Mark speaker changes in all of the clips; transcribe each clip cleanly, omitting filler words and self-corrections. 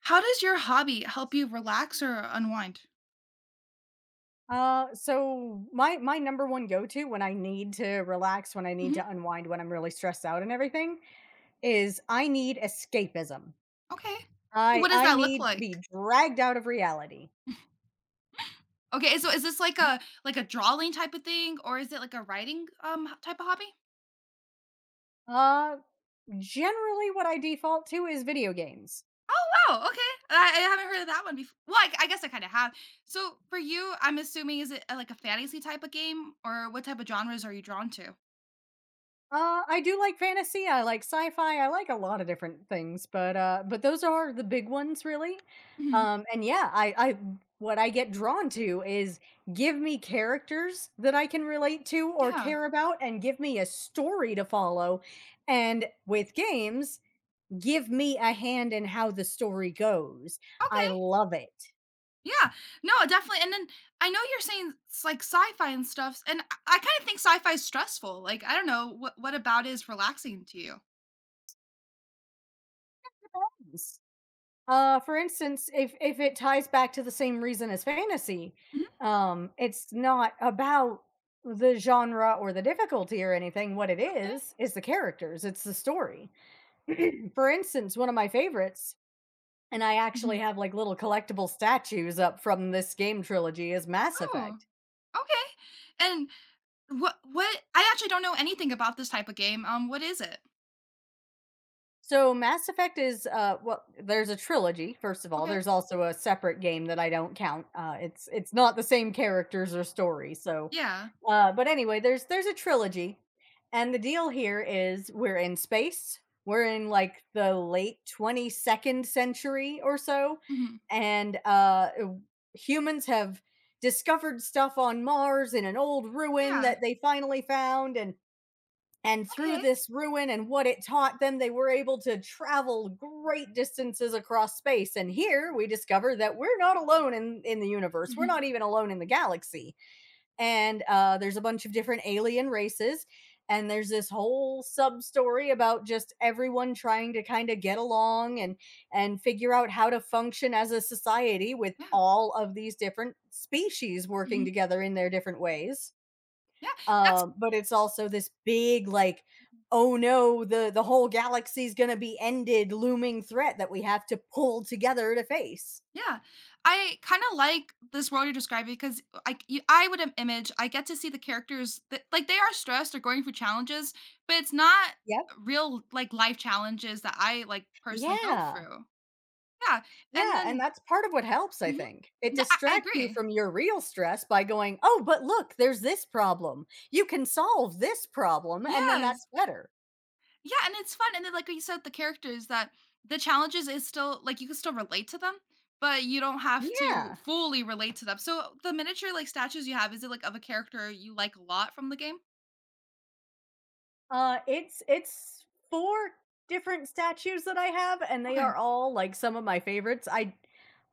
Speaker 1: How does your hobby help you relax or unwind?
Speaker 2: So my number one go to when I need to relax, when I need
Speaker 1: Mhm.
Speaker 2: to unwind, when I'm really stressed out and everything, is I need escapism.
Speaker 1: Okay. So
Speaker 2: I
Speaker 1: what does
Speaker 2: I
Speaker 1: that look
Speaker 2: need to
Speaker 1: like?
Speaker 2: be dragged out of reality.
Speaker 1: Okay, so is this like a drawing type of thing, or is it like a writing type of hobby?
Speaker 2: Uh, generally, what I default to is video games.
Speaker 1: Oh wow, okay. I haven't heard of that one before. Well, I guess I kind of have. So for you, I'm assuming is it like a fantasy type of game, or what type of genres are you drawn to?
Speaker 2: I do like fantasy, I like sci-fi, I like a lot of different things, but those are the big ones, really.
Speaker 1: Mhm.
Speaker 2: And yeah, I what I get drawn to is give me characters that I can relate to or
Speaker 1: Yeah.
Speaker 2: care about, and give me a story to follow, and with games, give me a hand in how the story goes. I
Speaker 1: Okay.
Speaker 2: love it.
Speaker 1: Yeah. No, definitely. And then I know you're saying it's like sci-fi and stuff, and I kind of think sci-fi is stressful. Like I don't know what about it is relaxing to you.
Speaker 2: For instance, if it ties back to the same reason as fantasy.
Speaker 1: Mhm.
Speaker 2: It's not about the genre or the difficulty or anything. What it
Speaker 1: Okay.
Speaker 2: is the characters. It's the story. For instance, one of my favorites, and I
Speaker 1: Mhm.
Speaker 2: actually have like little collectible statues up from this game trilogy, is Mass
Speaker 1: Oh,
Speaker 2: Effect.
Speaker 1: okay. And what I actually don't know anything about this type of game. What is it?
Speaker 2: So Mass Effect is well, there's a trilogy first of all.
Speaker 1: Okay.
Speaker 2: There's also a separate game that I don't count. It's not the same characters or story. So
Speaker 1: Yeah.
Speaker 2: but anyway, there's a trilogy and the deal here is we're in space. We're in like the late 22nd century or so,
Speaker 1: Mhm.
Speaker 2: and humans have discovered stuff on Mars in an old ruin
Speaker 1: Yeah.
Speaker 2: that they finally found, and through
Speaker 1: Okay.
Speaker 2: this ruin and what it taught them, they were able to travel great distances across space. And here we discover that we're not alone in the universe. We're
Speaker 1: Mhm.
Speaker 2: not even alone in the galaxy. And there's a bunch of different alien races. And there's this whole sub story about just everyone trying to kind of get along and figure out how to function as a society with
Speaker 1: Yeah.
Speaker 2: all of these different species working
Speaker 1: Mhm.
Speaker 2: together in their different ways.
Speaker 1: Yeah. That's
Speaker 2: But it's also this big like, "Oh no, the whole galaxy's gonna be ended," looming threat that we have to pull together to face.
Speaker 1: Yeah, I kinda like this world you're describing because I would im image I get to see the characters that, like, they are stressed or going through challenges, but it's not
Speaker 2: Yep.
Speaker 1: real, like, life challenges that I, like, personally go
Speaker 2: Yeah.
Speaker 1: through. Yeah, and
Speaker 2: Yeah, and
Speaker 1: then
Speaker 2: that's part of what helps, I
Speaker 1: mhm.
Speaker 2: think. It
Speaker 1: The I
Speaker 2: distracts you
Speaker 1: agree.
Speaker 2: from your real stress by going, "Oh, but look, there's this problem. You can solve this problem," and then
Speaker 1: Yes.
Speaker 2: that's better.
Speaker 1: Yeah, and it's fun, and then, like you said, the characters that the challenges is still like, you can still relate to them, but you don't have to
Speaker 2: Yeah.
Speaker 1: fully relate to them. So, the miniature, like, statues you have, is it, like, of a character you like a lot from the game?
Speaker 2: It's four different statues that I have, and they
Speaker 1: Okay.
Speaker 2: are all, like, some of my favorites. I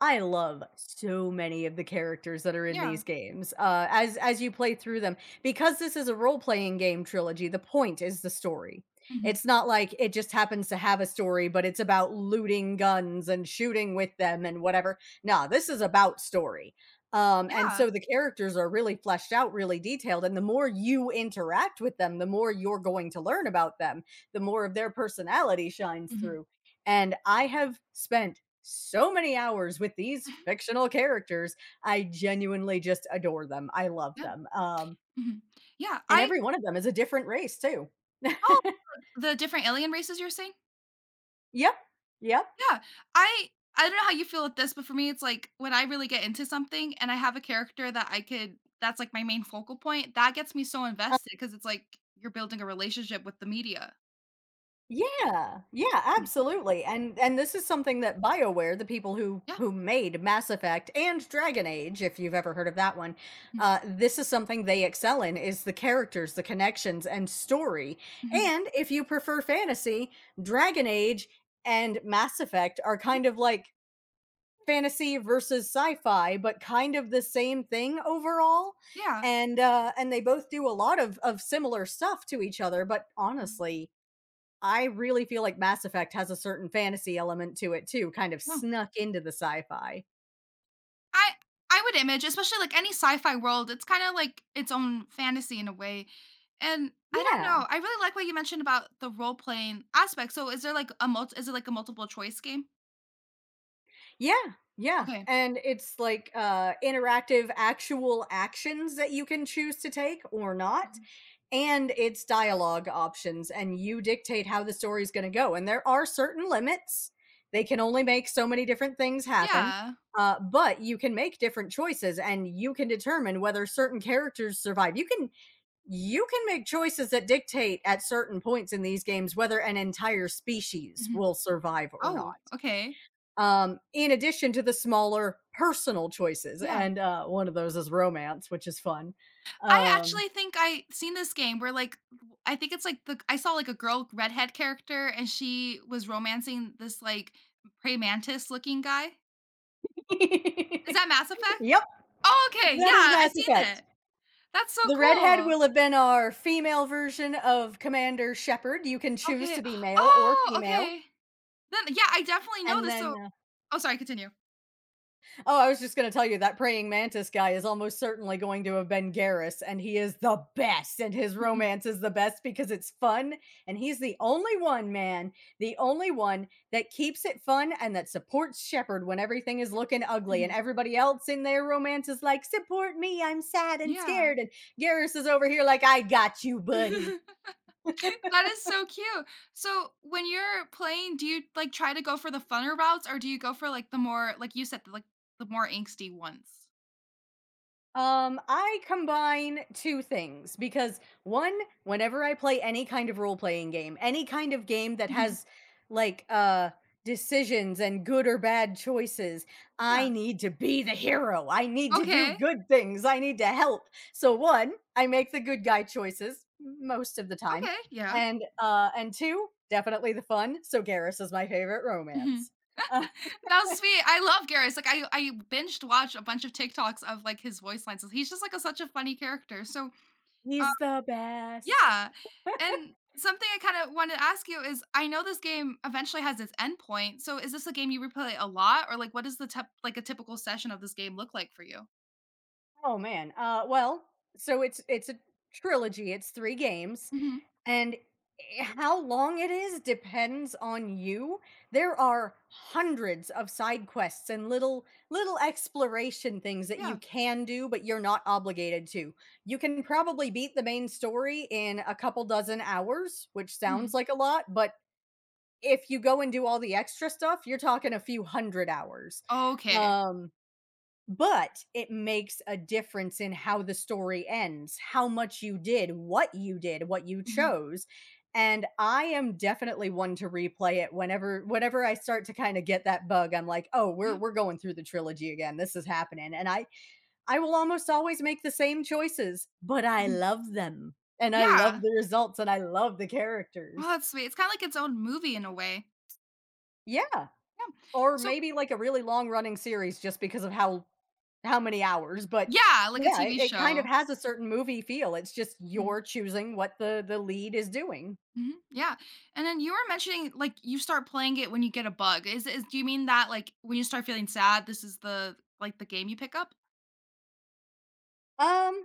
Speaker 2: I love so many of the characters that are in these
Speaker 1: Yeah.
Speaker 2: games, as you play through them. Because this is a role-playing game trilogy, the point is the story.
Speaker 1: Mhm.
Speaker 2: It's not like it just happens to have a story, but it's about looting guns and shooting with them and whatever. No, this is about story. And
Speaker 1: Yeah.
Speaker 2: so the characters are really fleshed out, really detailed, and the more you interact with them, the more you're going to learn about them, the more of their personality shines
Speaker 1: Mhm.
Speaker 2: through. And I have spent so many hours with these fictional characters. I genuinely just adore them. I love
Speaker 1: Yeah.
Speaker 2: them.
Speaker 1: Mhm. Yeah,
Speaker 2: And
Speaker 1: I
Speaker 2: every one of them is a different race too.
Speaker 1: Oh, like, the different alien races you're saying?
Speaker 2: Yep. Yep.
Speaker 1: Yeah. I I don't know how you feel with this, but for me, it's like when I really get into something and I have a character that I could that's like my main focal point, that gets me so invested because it's like you're building a relationship with the media.
Speaker 2: Yeah, yeah,
Speaker 1: Mm.
Speaker 2: absolutely, and this is something that BioWare, the people who
Speaker 1: Yeah.
Speaker 2: who made Mass Effect and Dragon Age, if you've ever heard of that one,
Speaker 1: Mhm.
Speaker 2: this is something they excel in is the characters, the connections, and story.
Speaker 1: Mhm.
Speaker 2: And if you prefer fantasy, Dragon Age and Mass Effect are
Speaker 1: Mhm.
Speaker 2: kind of like fantasy versus sci-fi, but kind of the same thing overall.
Speaker 1: Yeah.
Speaker 2: And they both do a lot of similar stuff to each other, but
Speaker 1: Mhm.
Speaker 2: honestly I really feel like Mass Effect has a certain fantasy element to it too, kind of
Speaker 1: No.
Speaker 2: snuck into the sci-fi.
Speaker 1: I I would image, especially like any sci-fi world, it's kinda like its own fantasy in a way. And I don't
Speaker 2: Yeah.
Speaker 1: know, I really like what you mentioned about the role-playing aspect. So is there like a multi? Is it like a multiple choice game?
Speaker 2: Yeah. Yeah.
Speaker 1: Okay.
Speaker 2: And it's like, interactive actual actions that you can choose to take or not,
Speaker 1: Mhm.
Speaker 2: and its dialogue options, and you dictate how the story's going to go, and there are certain limits. They can only make so many different things happen.
Speaker 1: Yeah.
Speaker 2: But you can make different choices and you can determine whether certain characters survive. You can you can make choices that dictate at certain points in these games whether an entire species
Speaker 1: Mhm.
Speaker 2: will survive or
Speaker 1: Oh,
Speaker 2: not.
Speaker 1: okay.
Speaker 2: In addition to the smaller personal choices,
Speaker 1: Yeah.
Speaker 2: and one of those is romance, which is fun.
Speaker 1: I
Speaker 2: um,
Speaker 1: actually think I seen this game where like w I think it's like the I saw like a girl redhead character and she was romancing this like praying mantis looking guy. Is that Mass Effect?
Speaker 2: yep.
Speaker 1: Oh, okay, yeah,
Speaker 2: That is
Speaker 1: I
Speaker 2: Mass
Speaker 1: seen
Speaker 2: Effect.
Speaker 1: it. That's so
Speaker 2: The redhead
Speaker 1: cool.
Speaker 2: will have been our female version of Commander Shepard. You can choose to
Speaker 1: Okay.
Speaker 2: be male or
Speaker 1: Oh,
Speaker 2: female.
Speaker 1: okay. Then yeah, I definitely know
Speaker 2: And
Speaker 1: this, so
Speaker 2: then
Speaker 1: Oh, sorry, continue.
Speaker 2: oh, I was just going to tell you that praying mantis guy is almost certainly going to have been Garrus, and he is the best, and his
Speaker 1: Mhm,
Speaker 2: romance is the best because it's fun, and he's the only one, man, the only one that keeps it fun and that supports Shepard when everything is looking ugly, and
Speaker 1: mhm.
Speaker 2: everybody else in their romance is like, "Support me, I'm sad and
Speaker 1: Yeah.
Speaker 2: scared," and Garrus is over here like, "I got you, buddy."
Speaker 1: That is so cute. So, when you're playing, do you, like, try to go for the funner routes, or do you go for, like, the more like you said, the, like, the more angsty ones?
Speaker 2: I combine two things because one, whenever I play any kind of role playing game, any kind of game that
Speaker 1: Mhm.
Speaker 2: has like decisions and good or bad choices, I
Speaker 1: Yeah.
Speaker 2: need to be the hero. I need to do
Speaker 1: Okay.
Speaker 2: good things. I need to help. So one, I make the good guy choices most of the time.
Speaker 1: Okay, yeah.
Speaker 2: And two, definitely the fun. So Garrus is my favorite
Speaker 1: Mhm.
Speaker 2: romance.
Speaker 1: That was sweet. I love Garrus. Like, I binged watched a bunch of TikToks of, like, his voice lines. He's just, like, a such a funny character. So, um
Speaker 2: He's the best.
Speaker 1: Yeah, and something I kinda want to ask you is, I know this game eventually has its endpoint, so is this a game you replay a lot, or, like, what does the typ like, a typical session of this game look like for you?
Speaker 2: Oh man. Well, so it's a trilogy. It's three games
Speaker 1: Mhm.
Speaker 2: and how long it is depends on you. There are hundreds of side quests and little exploration things that you
Speaker 1: Yeah.
Speaker 2: can do but you're not obligated to. You can probably beat the main story in a couple dozen hours, which
Speaker 1: Mhm.
Speaker 2: sounds like a lot, but if you go and do all the extra stuff, you're talking a few hundred hours.
Speaker 1: Okay.
Speaker 2: Um but it makes a difference in how the story ends, how much you did, what you did, what you
Speaker 1: Mhm.
Speaker 2: chose, and I am definitely one to replay it whenever I start to kinda get that bug. I'm like, "Oh,
Speaker 1: Yeah.
Speaker 2: we're going through the trilogy again, this is happening," and I will almost always make the same choices, but I
Speaker 1: Mhm.
Speaker 2: love them, and I love
Speaker 1: Yeah.
Speaker 2: the results, and I love the
Speaker 1: Oh,
Speaker 2: characters.
Speaker 1: that's sweet. It's kinda like its own movie in a way.
Speaker 2: Yeah,
Speaker 1: Yeah.
Speaker 2: or
Speaker 1: So
Speaker 2: maybe, like, a really long running series just because of how many hours, but
Speaker 1: Yeah, like a
Speaker 2: yeah, it,
Speaker 1: TV
Speaker 2: it kind of
Speaker 1: show.
Speaker 2: has a certain movie feel. It's just
Speaker 1: Mhm.
Speaker 2: you're choosing what the lead is doing.
Speaker 1: Mhm. Yeah, and then you were mentioning, like, you start playing it when you get a bug. Is Do you mean that, like, when you start feeling sad, this is the like, the game you pick up?
Speaker 2: I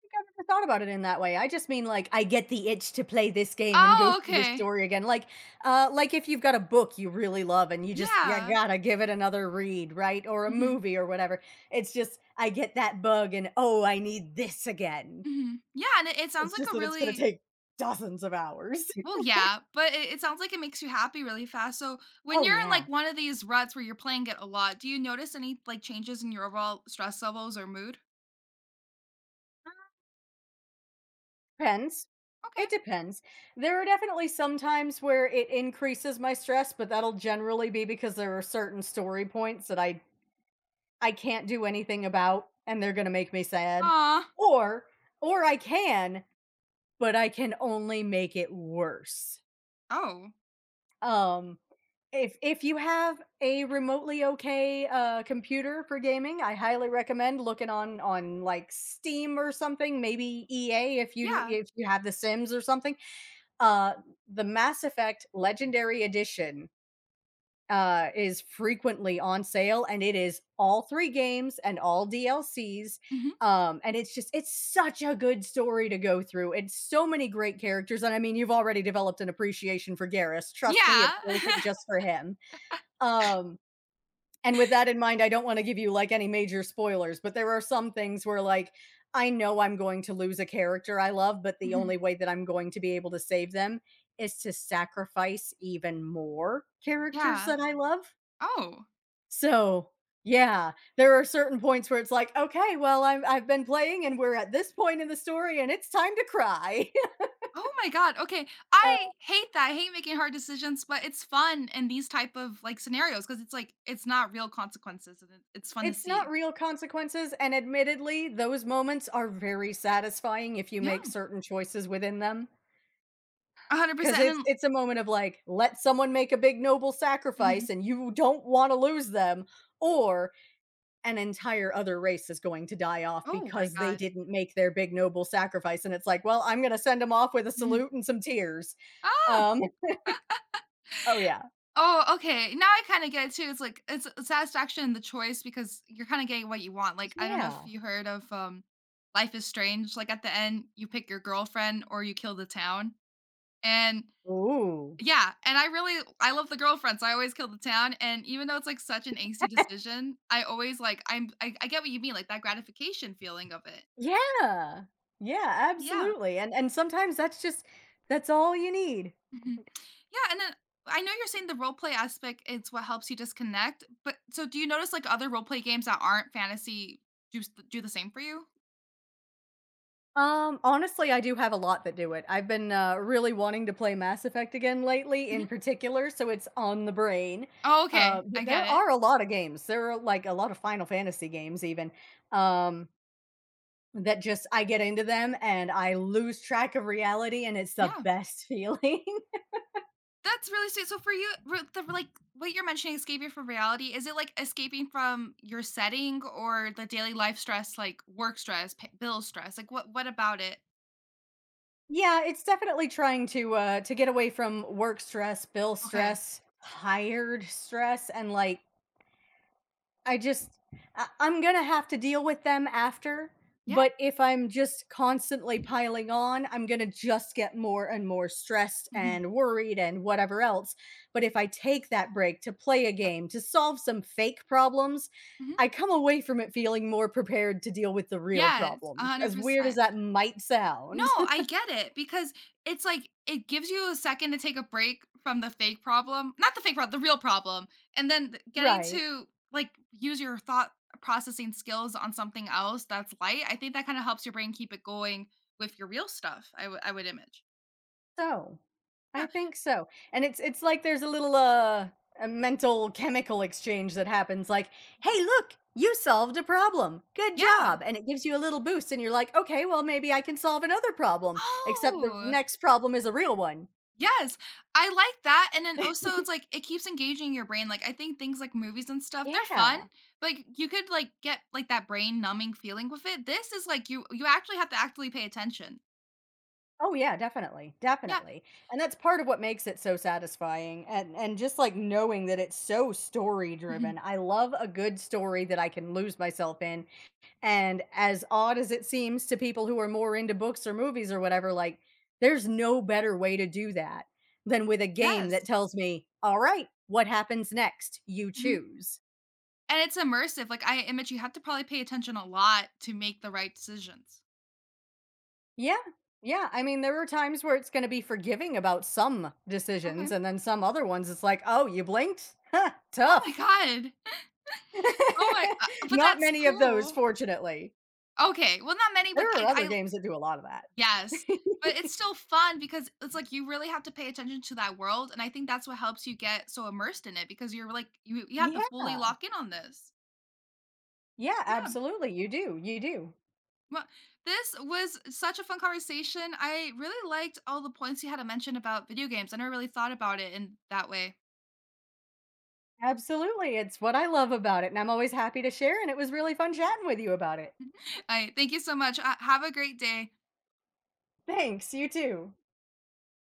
Speaker 2: think I've never thought about it in that way. I just mean like I get the itch to play this game and go
Speaker 1: Oh,
Speaker 2: through this
Speaker 1: okay.
Speaker 2: story again. Like if you've got a book you really love and you just you
Speaker 1: Yeah.
Speaker 2: gotta give it another read, right? Or a
Speaker 1: Mhm,
Speaker 2: movie or whatever. It's just I get that bug and oh, I need this again.
Speaker 1: mhm. Yeah, and it sounds
Speaker 2: It's
Speaker 1: like
Speaker 2: just
Speaker 1: a
Speaker 2: that it's gonna
Speaker 1: really
Speaker 2: take dozens of hours.
Speaker 1: well, yeah, but it sounds like it makes you happy really fast, so when
Speaker 2: Oh
Speaker 1: you're in,
Speaker 2: yeah.
Speaker 1: like, one of these ruts where you're playing it a lot, do you notice any, like, changes in your overall stress levels or mood?
Speaker 2: Depends.
Speaker 1: Okay.
Speaker 2: It depends. There are definitely some times where it increases my stress, but that'll generally be because there are certain story points that I can't do anything about and they're going to make me sad.
Speaker 1: Aw.
Speaker 2: Or or I can, but I can only make it worse.
Speaker 1: Oh,
Speaker 2: Um if you have a remotely okay computer for gaming, I highly recommend looking on like Steam or something, maybe EA if you do
Speaker 1: yeah.
Speaker 2: if you have the Sims or something. Uh, the Mass Effect Legendary Edition is frequently on sale, and it is all three games and all DLCs.
Speaker 1: Mhm.
Speaker 2: And it's such a good story to go through. It's so many great characters. And I mean, you've already developed an appreciation for Garrus. Trust me,
Speaker 1: Yeah.
Speaker 2: it's worth it just for him. Um, and with that in mind, I don't want to give you like any major spoilers, but there are some things where like I know I'm going to lose a character I love, but the
Speaker 1: Mhm.
Speaker 2: only way that I'm going to be able to save them is to sacrifice even more characters
Speaker 1: Yeah.
Speaker 2: that I love.
Speaker 1: Oh.
Speaker 2: So, yeah, there are certain points where it's like, okay, well, I've been playing and we're at this point in the story and it's time to cry.
Speaker 1: Oh my god, okay.
Speaker 2: Uh,
Speaker 1: I hate that, I hate making hard decisions, but it's fun in these type of, like, scenarios because it's, like, it's not real consequences and it's fun to
Speaker 2: it's not
Speaker 1: see.
Speaker 2: real consequences. And admittedly, those moments are very satisfying if you
Speaker 1: Yeah,
Speaker 2: make certain choices within them. Because
Speaker 1: 100%,
Speaker 2: it's
Speaker 1: and then,
Speaker 2: it's a moment of like, let someone make a big noble
Speaker 1: mhm.
Speaker 2: sacrifice and you don't want to lose them, or an entire other race is going to die off
Speaker 1: Oh my
Speaker 2: because they
Speaker 1: god.
Speaker 2: didn't make their big noble sacrifice. And it's like, well, I'm gonna send them off with a
Speaker 1: Mhm.
Speaker 2: salute and some tears.
Speaker 1: Ah!
Speaker 2: Yeah. Oh yeah.
Speaker 1: Oh, okay, now I kinda get it too, it's like it's a satisfaction in the choice because you're kinda getting what you want, like, I don't know if
Speaker 2: Yeah.
Speaker 1: you heard of, Life is Strange, like, at the end, you pick your girlfriend or you kill the town, and
Speaker 2: Ooh.
Speaker 1: yeah, and I really I love the girlfriend, so I always kill the town, and even though it's, like, such an angsty decision, I always, like I get what you mean, like, that gratification feeling of it.
Speaker 2: Yeah. Yeah,
Speaker 1: Yeah.
Speaker 2: absolutely. And sometimes that's just that's all you need.
Speaker 1: Mhm. Yeah, and then I know you're saying the role play aspect is what helps you disconnect, but so do you notice like other role play games that aren't fantasy do the same for you?
Speaker 2: Honestly, I do have a lot that do it. I've been really wanting to play Mass Effect again lately,
Speaker 1: Mhm.
Speaker 2: in particular, so it's on the brain.
Speaker 1: Oh, okay,
Speaker 2: But
Speaker 1: I
Speaker 2: there
Speaker 1: get it.
Speaker 2: are a lot of games. There are like a lot of Final Fantasy games, even, um, that just I get into them and I lose track of reality, and it's the
Speaker 1: Yeah,
Speaker 2: best feeling.
Speaker 1: that's really sweet. So for you, re- the like what you're mentioning, escaping from reality, is it like escaping from your setting or the daily life stress, like work stress, pa bill stress? Like what about it?
Speaker 2: Yeah, it's definitely trying to get away from work stress, bill
Speaker 1: Okay,
Speaker 2: stress, hired stress, and like I just I'm gonna have to deal with them after,
Speaker 1: yeah,
Speaker 2: but if I'm just constantly piling on, I'm gonna just get more and more stressed
Speaker 1: hmm
Speaker 2: and worried and whatever else. But if I take that break to play a
Speaker 1: yep.
Speaker 2: game, to solve some fake problems,
Speaker 1: Hmm
Speaker 2: I come away from it feeling more prepared to deal with the real
Speaker 1: yes, a
Speaker 2: problems,
Speaker 1: hundred
Speaker 2: as weird as
Speaker 1: percent.
Speaker 2: that might
Speaker 1: No,
Speaker 2: sound.
Speaker 1: I get it because it's like it gives you a second to take a break from the fake problem, not the fake problem, the real problem, and then getting
Speaker 2: Right.
Speaker 1: to like use your thought processing skills on something else that's light. I think that kind of helps your brain keep it going with your real stuff. I would image.
Speaker 2: So, I
Speaker 1: Yeah.
Speaker 2: think so, and it's like there's a little, a mental chemical exchange that happens like, "Hey, look, you solved a problem. Good
Speaker 1: Yeah.
Speaker 2: job." And it gives you a little boost and you're like, "Okay, well, maybe I can solve another problem, except the
Speaker 1: Oh.
Speaker 2: next problem is a real one."
Speaker 1: Yes, I like that, and then also it's like it keeps engaging your brain, like, I think things like movies and stuff, they're fun,
Speaker 2: Yeah.
Speaker 1: but like, you could, like, get, like, that brain numbing feeling with it. This is like you actually have to actively pay attention.
Speaker 2: Oh, yeah, definitely,
Speaker 1: Yeah.
Speaker 2: definitely, and that's part of what makes it so satisfying and just, like, knowing that it's so story driven.
Speaker 1: Mhm.
Speaker 2: I love a good story that I can lose myself in. And as odd as it seems to people who are more into books or movies or whatever, like, there's no better way to do that than with a game that
Speaker 1: Yes.
Speaker 2: tells me, "All right, what happens next? You
Speaker 1: Mhm.
Speaker 2: choose."
Speaker 1: And it's immersive, like, I image you have to probably pay attention a lot to make the right decisions.
Speaker 2: Yeah. Yeah, I mean, there are times where it's gonna be forgiving about some decisions,
Speaker 1: Okay.
Speaker 2: and then some other ones, it's like, "Oh, you blinked? Huh,
Speaker 1: Oh my
Speaker 2: tough."
Speaker 1: god. Oh my but
Speaker 2: Not
Speaker 1: that's
Speaker 2: many of those,
Speaker 1: cool.
Speaker 2: fortunately.
Speaker 1: Okay, well, not many, but
Speaker 2: There are other
Speaker 1: I
Speaker 2: games that do a lot of that.
Speaker 1: Yes, but it's still fun because it's like you really have to pay attention to that world, and I think that's what helps you get so immersed in it because you're like you have to
Speaker 2: Yeah.
Speaker 1: fully lock in on this.
Speaker 2: Yeah,
Speaker 1: Yeah.
Speaker 2: absolutely, you do, you do.
Speaker 1: Well, this was such a fun conversation. I really liked all the points you had to mention about video games. I never really thought about it in that way.
Speaker 2: Absolutely. It's what I love about it, and I'm always happy to share, and it was really fun chatting with you about it.
Speaker 1: I thank you so much. Have a great day.
Speaker 2: Thanks. You too.